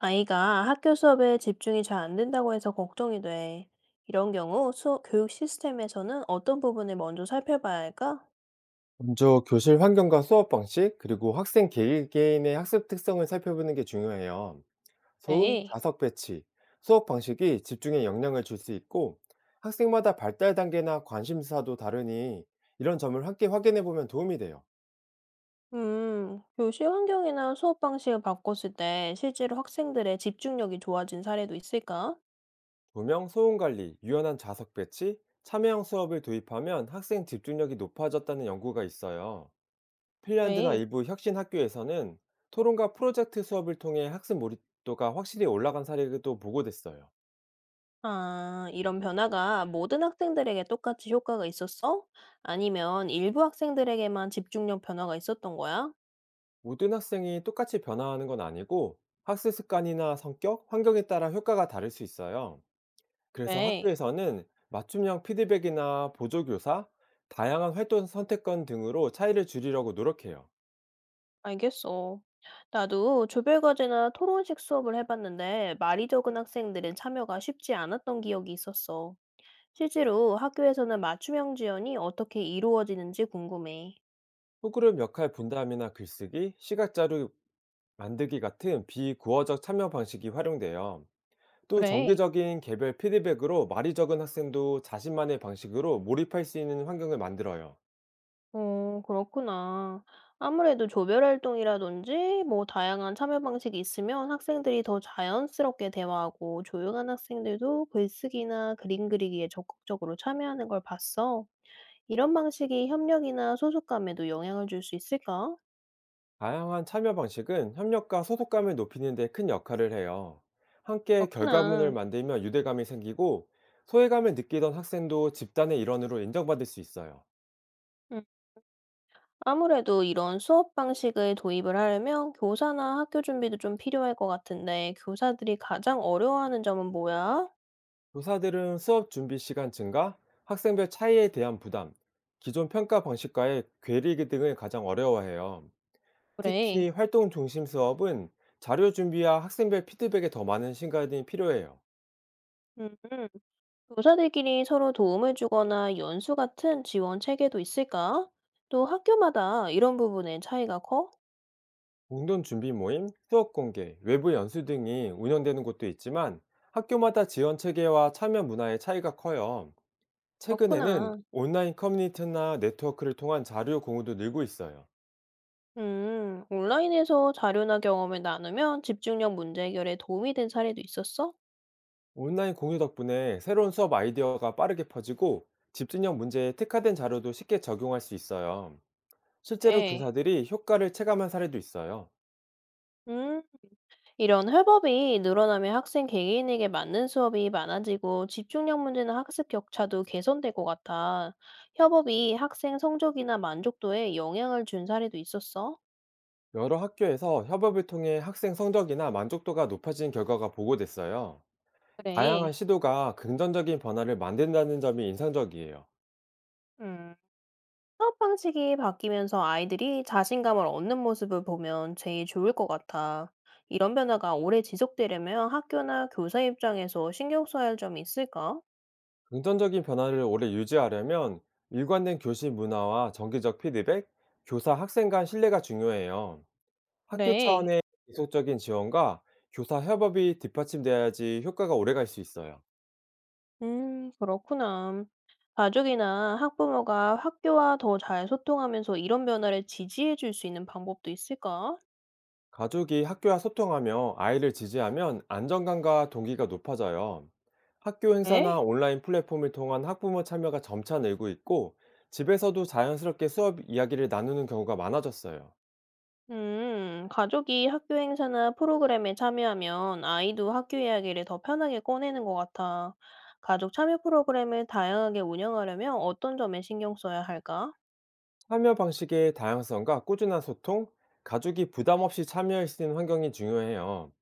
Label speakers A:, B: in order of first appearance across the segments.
A: 아이가 학교 수업에 집중이 잘 안 된다고 해서 걱정이 돼. 이런 경우 수 교육 시스템에서는 어떤 부분을 먼저 살펴봐야 할까?
B: 먼저 교실 환경과 수업 방식, 그리고 학생 개개인의 학습 특성을 살펴보는 게 중요해요. 소음,
A: 네,
B: 자석 배치, 수업 방식이 집중에 영향을 줄 수 있고, 학생마다 발달 단계나 관심사도 다르니 이런 점을 함께 확인해 보면 도움이 돼요.
A: 교실 환경이나 수업 방식을 바꿨을 때 실제로 학생들의 집중력이 좋아진 사례도 있을까?
B: 조명, 소음 관리, 유연한 자석 배치, 참여형 수업을 도입하면 학생 집중력이 높아졌다는 연구가 있어요. 핀란드나
A: 네.
B: 일부 혁신 학교에서는 토론과 프로젝트 수업을 통해 학습 몰입도가 확실히 올라간 사례도 보고됐어요.
A: 아, 이런 변화가 모든 학생들에게 똑같이 효과가 있었어? 아니면 일부 학생들에게만 집중력 변화가 있었던 거야?
B: 모든 학생이 똑같이 변화하는 건 아니고 학습 습관이나 성격, 환경에 따라 효과가 다를 수 있어요. 그래서
A: 네.
B: 학교에서는 맞춤형 피드백이나 보조교사, 다양한 활동 선택권 등으로 차이를 줄이려고 노력해요.
A: 알겠어. 나도 조별과제나 토론식 수업을 해봤는데 말이 적은 학생들은 참여가 쉽지 않았던 기억이 있었어. 실제로 학교에서는 맞춤형 지원이 어떻게 이루어지는지 궁금해.
B: 소그룹 역할 분담이나 글쓰기, 시각자료 만들기 같은 비구어적 참여 방식이 활용돼요. 또
A: 그래.
B: 정기적인 개별 피드백으로 말이 적은 학생도 자신만의 방식으로 몰입할 수 있는 환경을 만들어요.
A: 그렇구나. 아무래도 조별 활동이라든지 뭐 다양한 참여 방식이 있으면 학생들이 더 자연스럽게 대화하고 조용한 학생들도 글쓰기나 그림 그리기에 적극적으로 참여하는 걸 봤어. 이런 방식이 협력이나 소속감에도 영향을 줄 수 있을까?
B: 다양한 참여 방식은 협력과 소속감을 높이는 데 큰 역할을 해요. 함께
A: 그렇구나.
B: 결과물을 만들면 유대감이 생기고 소외감을 느끼던 학생도 집단의 일원으로 인정받을 수 있어요.
A: 음. 아무래도 이런 수업 방식을 도입을 하려면 교사나 학교 준비도 좀 필요할 것 같은데, 교사들이 가장 어려워하는 점은 뭐야?
B: 교사들은 수업 준비 시간 증가, 학생별 차이에 대한 부담, 기존 평가 방식과의 괴리기 등을 가장 어려워해요.
A: 그래.
B: 특히 활동 중심 수업은 자료 준비와 학생별 피드백에 더 많은 시간이 필요해요.
A: 음. 교사들끼리 서로 도움을 주거나 연수 같은 지원 체계도 있을까? 또 학교마다 이런 부분의 차이가 커?
B: 공동 준비 모임, 수업 공개, 외부 연수 등이 운영되는 곳도 있지만 학교마다 지원 체계와 참여 문화의 차이가 커요. 최근에는
A: 그렇구나.
B: 온라인 커뮤니티나 네트워크를 통한 자료 공유도 늘고 있어요.
A: 온라인에서 자료나 경험을 나누면 집중력 문제 해결에 도움이 된 사례도 있었어?
B: 온라인 공유 덕분에 새로운 수업 아이디어가 빠르게 퍼지고 집중력 문제에 특화된 자료도 쉽게 적용할 수 있어요. 실제로
A: 네.
B: 교사들이 효과를 체감한 사례도 있어요.
A: 음. 이런 회법이 늘어나면 학생 개개인에게 맞는 수업이 많아지고 집중력 문제나 학습 격차도 개선될 것 같아. 협업이 학생 성적이나 만족도에 영향을 준 사례도 있었어.
B: 여러 학교에서 협업을 통해 학생 성적이나 만족도가 높아진 결과가 보고됐어요.
A: 그래.
B: 다양한 시도가 긍정적인 변화를 만든다는 점이 인상적이에요.
A: 음. 수업 방식이 바뀌면서 아이들이 자신감을 얻는 모습을 보면 제일 좋을 것 같아. 이런 변화가 오래 지속되려면 학교나 교사 입장에서 신경 써야 할 점이 있을까?
B: 긍정적인 변화를 오래 유지하려면 일관된 교실 문화와 정기적 피드백, 교사 학생 간 신뢰가 중요해요. 학교
A: 그래.
B: 차원의 지속적인 지원과 교사 협업이 뒷받침돼야지 효과가 오래 갈 수 있어요.
A: 그렇구나. 가족이나 학부모가 학교와 더 잘 소통하면서 이런 변화를 지지해 줄 수 있는 방법도 있을까?
B: 가족이 학교와 소통하며 아이를 지지하면 안정감과 동기가 높아져요. 학교
A: 에?
B: 행사나 온라인 플랫폼을 통한 학부모 참여가 점차 늘고 있고, 집에서도 자연스럽게 수업 이야기를 나누는 경우가 많아졌어요.
A: 가족이 학교 행사나 프로그램에 참여하면 아이도 학교 이야기를 더 편하게 꺼내는 것 같아. 가족 참여 프로그램을 다양하게 운영하려면 어떤 점에 신경 써야 할까?
B: 참여 방식의 다양성과 꾸준한 소통, 가족이 부담 없이 참여할 수 있는 환경이 중요해요.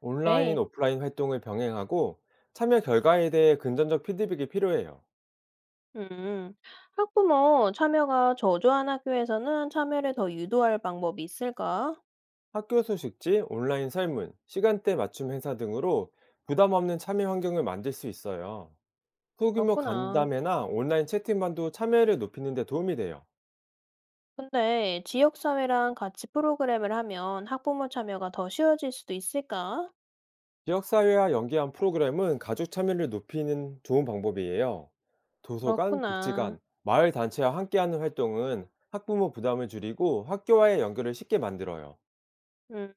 B: 온라인,
A: 네.
B: 오프라인 활동을 병행하고 참여 결과에 대해 긍정적 피드백이 필요해요.
A: 음, 학부모 참여가 저조한 학교에서는 참여를 더 유도할 방법이 있을까?
B: 학교 소식지, 온라인 설문, 시간대 맞춤 행사 등으로 부담 없는 참여 환경을 만들 수 있어요. 소규모
A: 그렇구나.
B: 간담회나 온라인 채팅방도 참여를 높이는 데 도움이 돼요.
A: 근데 지역사회랑 같이 프로그램을 하면 학부모 참여가 더 쉬워질 수도 있을까?
B: 지역사회와 연계한 프로그램은 가족 참여를 높이는 좋은 방법이에요. 도서관,
A: 그렇구나.
B: 복지관, 마을 단체와 함께하는 활동은 학부모 부담을 줄이고 학교와의 연결을 쉽게 만들어요.
A: 음,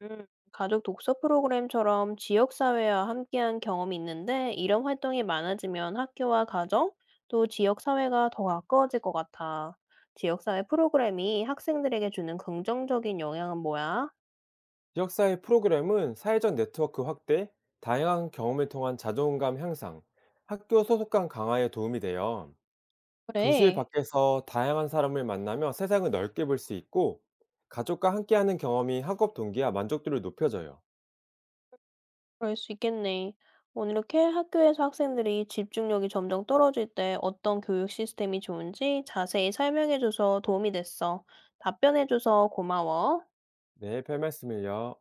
A: 가족 독서 프로그램처럼 지역사회와 함께한 경험이 있는데 이런 활동이 많아지면 학교와 가정, 또 지역사회가 더 가까워질 것 같아. 지역사회 프로그램이 학생들에게 주는 긍정적인 영향은 뭐야?
B: 지역사회 프로그램은 사회적 네트워크 확대, 다양한 경험을 통한 자존감 향상, 학교 소속감 강화에 도움이 돼요. 교실
A: 그래.
B: 밖에서 다양한 사람을 만나며 세상을 넓게 볼 수 있고, 가족과 함께하는 경험이 학업 동기와 만족도를 높여줘요.
A: 그럴 수 있겠네. 오늘 이렇게 학교에서 학생들이 집중력이 점점 떨어질 때 어떤 교육 시스템이 좋은지 자세히 설명해줘서 도움이 됐어. 답변해줘서 고마워.
B: 네, 별 말씀을요.